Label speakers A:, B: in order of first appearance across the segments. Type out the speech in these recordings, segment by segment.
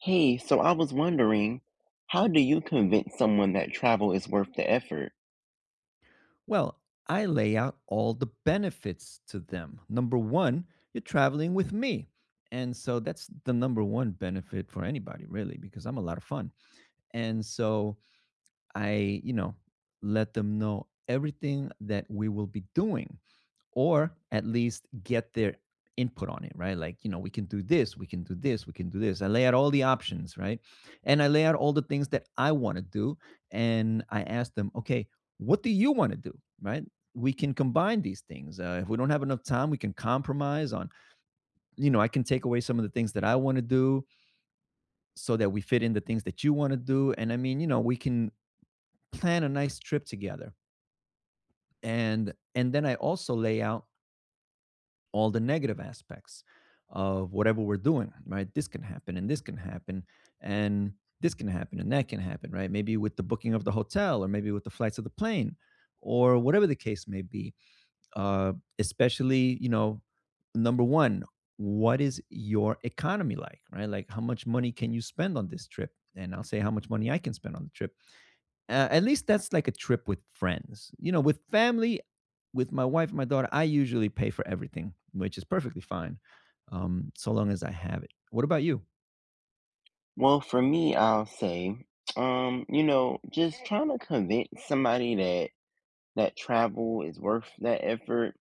A: Hey, so I was wondering, how do you convince someone that travel is worth the effort?
B: Well, I lay out all the benefits to them. Number one, you're traveling with me. And so that's the number one benefit for anybody, really, because I'm a lot of fun. And so I, you know, let them know everything that we will be doing, or at least get their input on it, right? Like, you know, we can do this, we can do this, we can do this. I lay out all the options, right? And I lay out all the things that I want to do. And I ask them, okay, what do you want to do, right? We can combine these things. If we don't have enough time, we can compromise on, I can take away some of the things that I want to do so that we fit in the things that you want to do. And I mean, you know, we can plan a nice trip together. And then I also lay out all the negative aspects of whatever we're doing, right? This can happen and this can happen and this can happen and that can happen, right? Maybe with the booking of the hotel or maybe with the flights of the plane or whatever the case may be. Uh, Especially, you know, number one, what is your economy like, right? Like, how much money can you spend on this trip? And I'll say how much money I can spend on the trip, at least that's like a trip with friends. You know, with family, with my wife and my daughter, I usually pay for everything, which is perfectly fine, so long as I have it. What about you?
A: Well, for me, I'll say, you know, just trying to convince somebody that travel is worth that effort.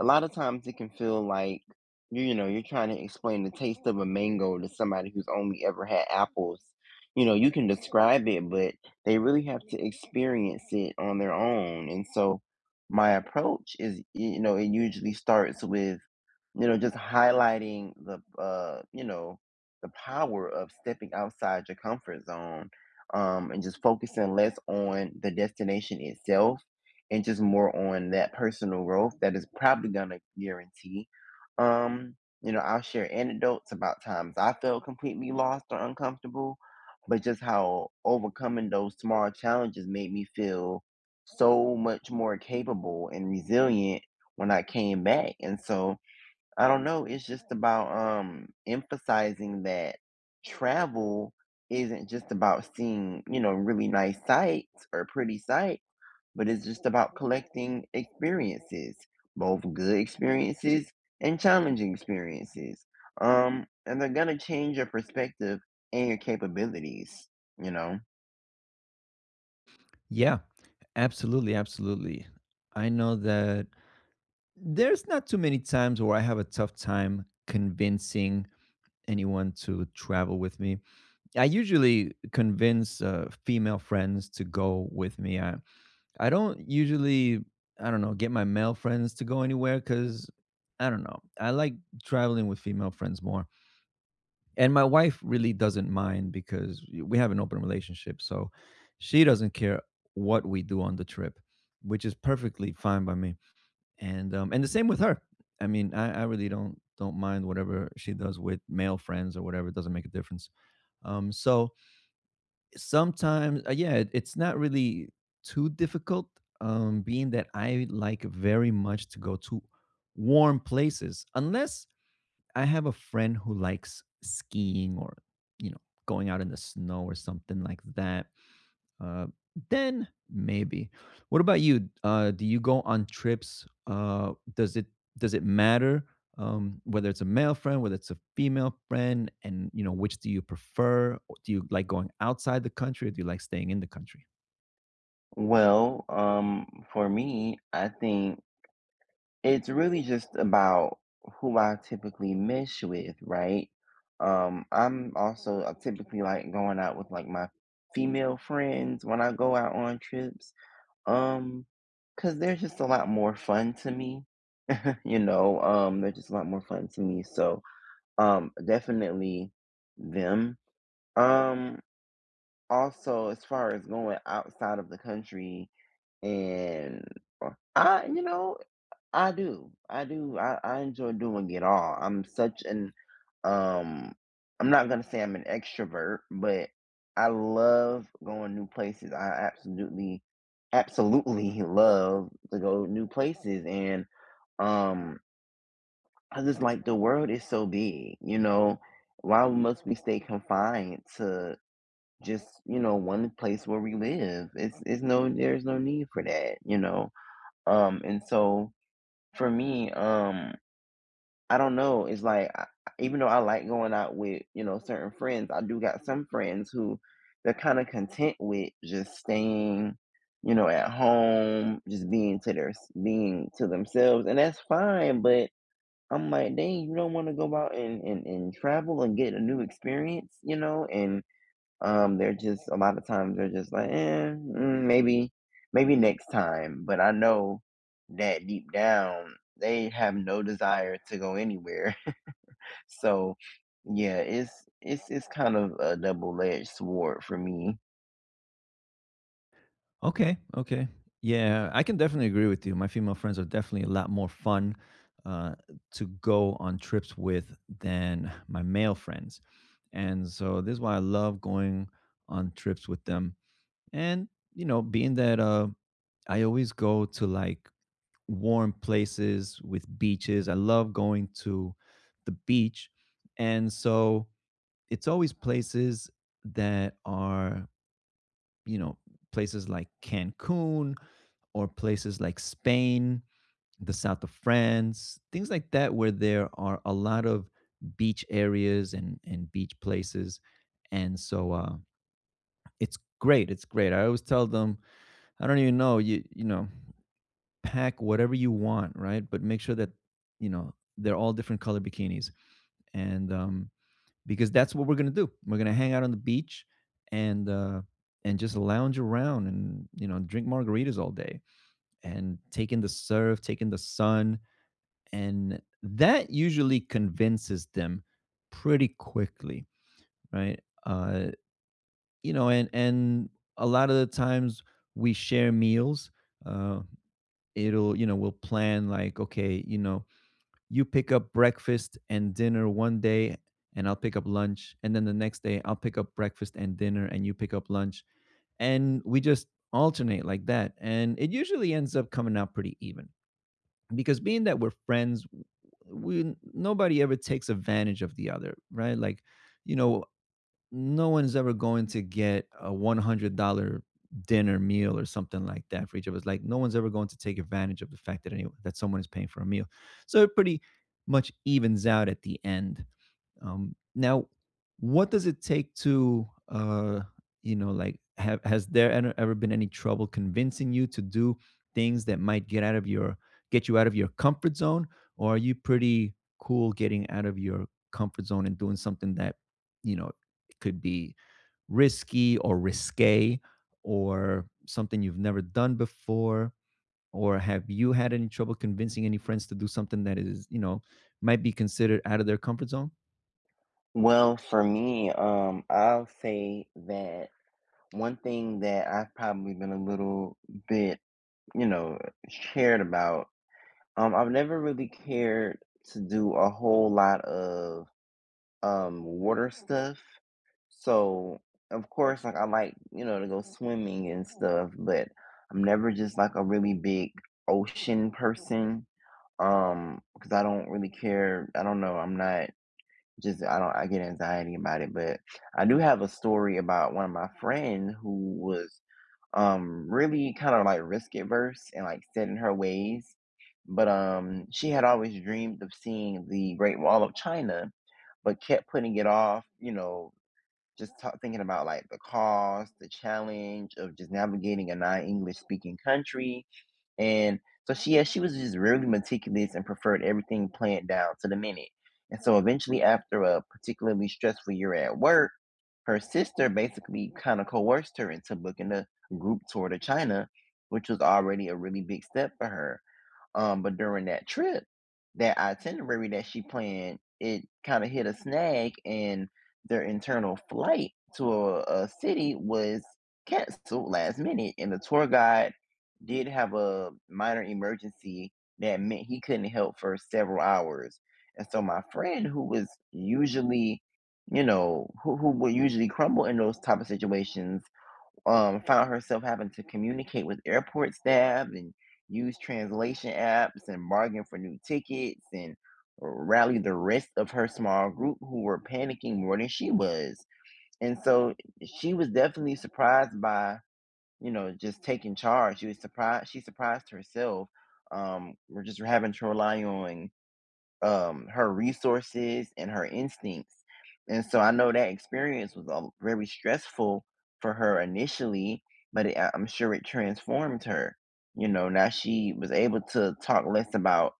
A: A lot of times it can feel like you know, you're trying to explain the taste of a mango to somebody who's only ever had apples. You know, you can describe it, but they really have to experience it on their own. And so my approach is, you know, it usually starts with you know, just highlighting the, you know, the power of stepping outside your comfort zone, and just focusing less on the destination itself and just more on that personal growth that is probably gonna guarantee. Um, you know, I'll share anecdotes about times I felt completely lost or uncomfortable, but just how overcoming those small challenges made me feel so much more capable and resilient when I came back. And so, I don't know, it's just about, emphasizing that travel isn't just about seeing, you know, really nice sights or pretty sights, but it's just about collecting experiences, both good experiences and challenging experiences. And they're gonna change your perspective and your capabilities, you know?
B: Yeah, absolutely, absolutely. I know that there's not too many times where I have a tough time convincing anyone to travel with me. I usually convince female friends to go with me. I don't usually, I don't know, get my male friends to go anywhere because I don't know. I like traveling with female friends more. And my wife really doesn't mind because we have an open relationship. So she doesn't care what we do on the trip, which is perfectly fine by me. And the same with her. I mean, I really don't mind whatever she does with male friends or whatever. It doesn't make a difference. So sometimes yeah, it's not really too difficult, being that I like very much to go to warm places, unless I have a friend who likes skiing or, you know, going out in the snow or something like that. uh, then maybe. What about you? Do you go on trips? Does it matter, whether it's a male friend, whether it's a female friend, and you know which do you prefer? Or do you like going outside the country, or do you like staying in the country?
A: Well, for me, I think it's really just about who I typically mesh with, right? I typically like going out with like my female friends when I go out on trips. um, because 'cause they're just a lot more fun to me, you know. They're just a lot more fun to me. So, definitely them. Um, also as far as going outside of the country and uh, I, you know, I do. I enjoy doing it all. I'm such an um I'm not gonna say I'm an extrovert, but I love going new places. I absolutely love to go new places. And um I just like the world is so big, you know. Why must we stay confined to just, you know, one place where we live? It's no There's no need for that, you know. And so for me, I don't know. It's like I, even though I like going out with you know certain friends, I do got some friends who they're kind of content with just staying, you know, at home, just being to themselves, and that's fine. But I'm like, dang, you don't want to go out and, and travel and get a new experience, you know? And they're just a lot of times they're just like, eh, mm, maybe next time. But I know that deep down they have no desire to go anywhere. So, yeah, it's kind of a double-edged sword for me.
B: Okay, okay, yeah, I can definitely agree with you. My female friends are definitely a lot more fun, uh, to go on trips with than my male friends, and so this is why I love going on trips with them. And you know, being that I always go to like warm places with beaches. I love going to the beach. And so it's always places that are, you know, places like Cancun or places like Spain, the south of France, things like that, where there are a lot of beach areas and beach places. And so it's great. It's great. I always tell them, I don't even know. Pack whatever you want, right? But make sure that, you know, they're all different color bikinis, and because that's what we're gonna do. We're gonna hang out on the beach and uh, and just lounge around and, you know, drink margaritas all day and take in the surf, take in the sun, and that usually convinces them pretty quickly, right? You know, and a lot of the times we share meals. Uh, It'll, you know, we'll plan like, okay, you know, you pick up breakfast and dinner one day and I'll pick up lunch, and then the next day I'll pick up breakfast and dinner and you pick up lunch, and we just alternate like that, and it usually ends up coming out pretty even, because being that we're friends, we nobody ever takes advantage of the other, right? Like, you know, no one's ever going to get a $100 dinner meal or something like that for each of us. Like no one's ever going to take advantage of the fact that anyone that someone is paying for a meal. So it pretty much evens out at the end. Now, what does it take to, like, has there ever been any trouble convincing you to do things that might get you out of your comfort zone, or are you pretty cool getting out of your comfort zone and doing something that, you know, it could be risky or risque or something you've never done before? Or have you had any trouble convincing any friends to do something that is, you know, might be considered out of their comfort zone?
A: Well, for me, I'll say that one thing that I've probably been a little bit, you know, scared about, I've never really cared to do a whole lot of water stuff. So, of course, like I like, you know, to go swimming and stuff, but I'm never just like a really big ocean person. Because I don't really care. I don't know, I'm not just I don't I get anxiety about it, but I do have a story about one of my friend who was, really kind of, like, risk averse and, like, set in her ways, but, she had always dreamed of seeing the Great Wall of China, but kept putting it off, you know, just ta thinking about, like, the cost, the challenge of just navigating a non-English speaking country, and so she yeah, she was just really meticulous and preferred everything planned down to the minute. And so eventually after a particularly stressful year at work, her sister basically kind of coerced her into booking a group tour to China, which was already a really big step for her. But during that trip, that itinerary that she planned, it kind of hit a snag, and their internal flight to a city was canceled last minute. And the tour guide did have a minor emergency that meant he couldn't help for several hours. And so my friend, who was usually, you know, who would usually crumble in those type of situations, found herself having to communicate with airport staff and use translation apps and bargain for new tickets and rally the rest of her small group who were panicking more than she was. And so she was definitely surprised by, you know, just taking charge. She was surprised. She surprised herself. We're just having to rely on her resources and her instincts. And so I know that experience was very stressful for her initially, but I'm sure it transformed her. You know, now she was able to talk less about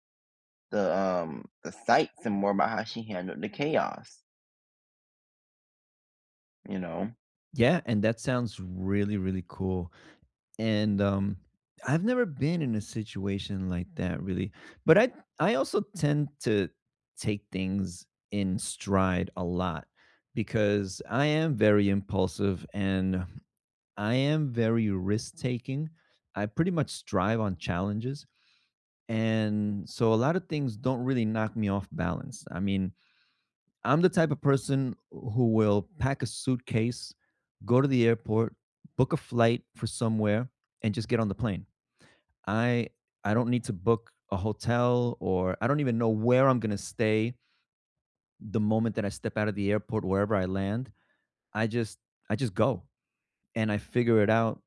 A: the sights and more about how she handled the chaos. You know.
B: Yeah, and that sounds really really cool, and I've never been in a situation like that really, but I also tend to take things in stride a lot because I am very impulsive and I am very risk taking. I pretty much strive on challenges. And so a lot of things don't really knock me off balance. I mean, I'm the type of person who will pack a suitcase, go to the airport, book a flight for somewhere, and just get on the plane. I I don't need to book a hotel or I don't even know where I'm gonna stay the moment that I step out of the airport, wherever I land. I just I just go and I figure it out,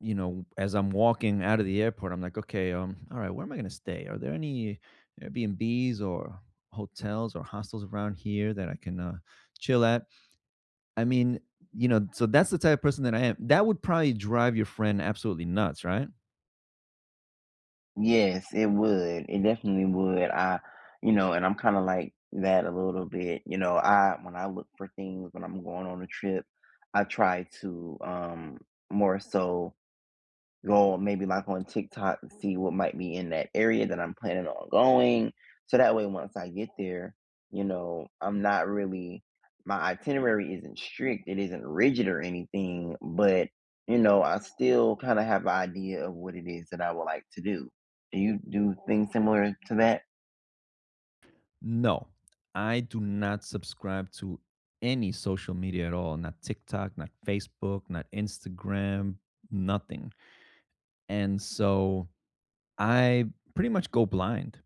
B: you know, as I'm walking out of the airport, I'm like, okay, all right, where am I gonna stay? Are there any Airbnbs or hotels or hostels around here that I can, chill at? I mean, you know, so that's the type of person that I am. That would probably drive your friend absolutely nuts, right?
A: Yes, it would. It definitely would. I, you know, and I'm kind of like that a little bit. You know, I when I look for things when I'm going on a trip, I try to more so go maybe like on TikTok and see what might be in that area that I'm planning on going. So that way, once I get there, you know, I'm not really, my itinerary isn't strict, it isn't rigid or anything, but, you know, I still kind of have an idea of what it is that I would like to do. Do you do things similar to that?
B: No, I do not subscribe to any social media at all. Not TikTok, not Facebook, not Instagram, nothing. And so I pretty much go blind,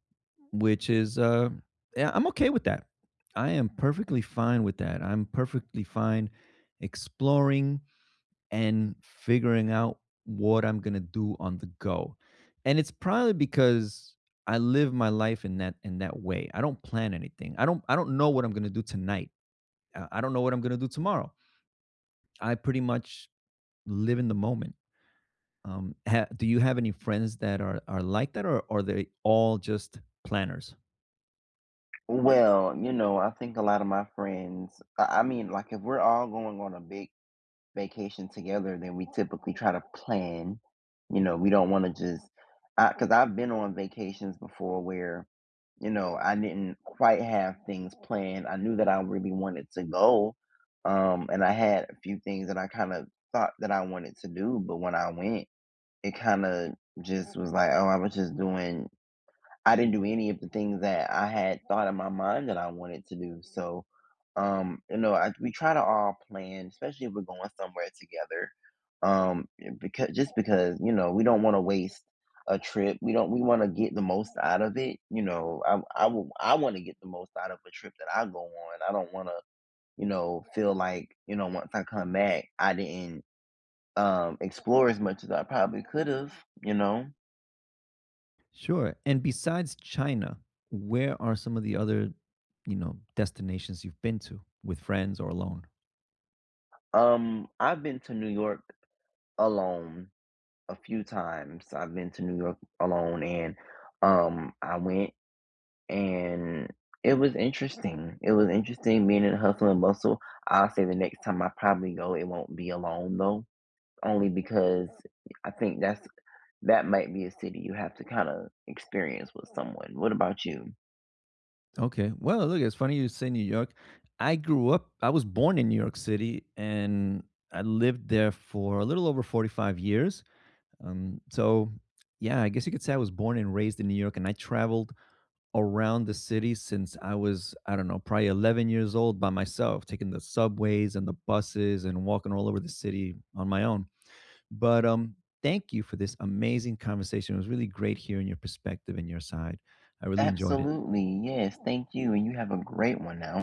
B: which is yeah, I'm okay with that. I am perfectly fine with that. I'm perfectly fine exploring and figuring out what I'm going to do on the go. And it's probably because I live my life in that way. I don't plan anything. I don't know what I'm going to do tonight. I don't know what I'm going to do tomorrow. I pretty much live in the moment. Ha Do you have any friends that are like that, or are they all just planners?
A: Well, you know, I think a lot of my friends, I mean, like if we're all going on a big vacation together, then we typically try to plan. You know, we don't want to just because I've been on vacations before where, you know, I didn't quite have things planned. I knew that I really wanted to go, and I had a few things that I kind of thought that I wanted to do, but when I went, it kind of just was like, oh, I was just doing I didn't do any of the things that I had thought in my mind that I wanted to do. So, you know, I, we try to all plan, especially if we're going somewhere together. Um, because just because you know we don't want to waste a trip. We don't. We want to get the most out of it. You know, I want to get the most out of a trip that I go on. I don't want to you know feel like you know once I come back I didn't explore as much as I probably could have. You know,
B: Sure. And besides China, where are some of the other, you know, destinations you've been to with friends or alone?
A: I've been to New York alone a few times. I've been to New York alone and I went and it was interesting. It was interesting being in hustle and bustle. I'll say the next time I probably go, it won't be alone though, only because I think that might be a city you have to kind of experience with someone. What about you?
B: Okay. Well, look, it's funny you say New York. I was born in New York City and I lived there for a little over 45 years. So, yeah, I guess you could say I was born and raised in New York, and I traveled around the city since I was, I don't know, probably 11 years old by myself, taking the subways and the buses and walking all over the city on my own. But thank you for this amazing conversation. It was really great hearing your perspective and your side. I really enjoyed it.
A: Absolutely. Yes. Thank you. And you have a great one now.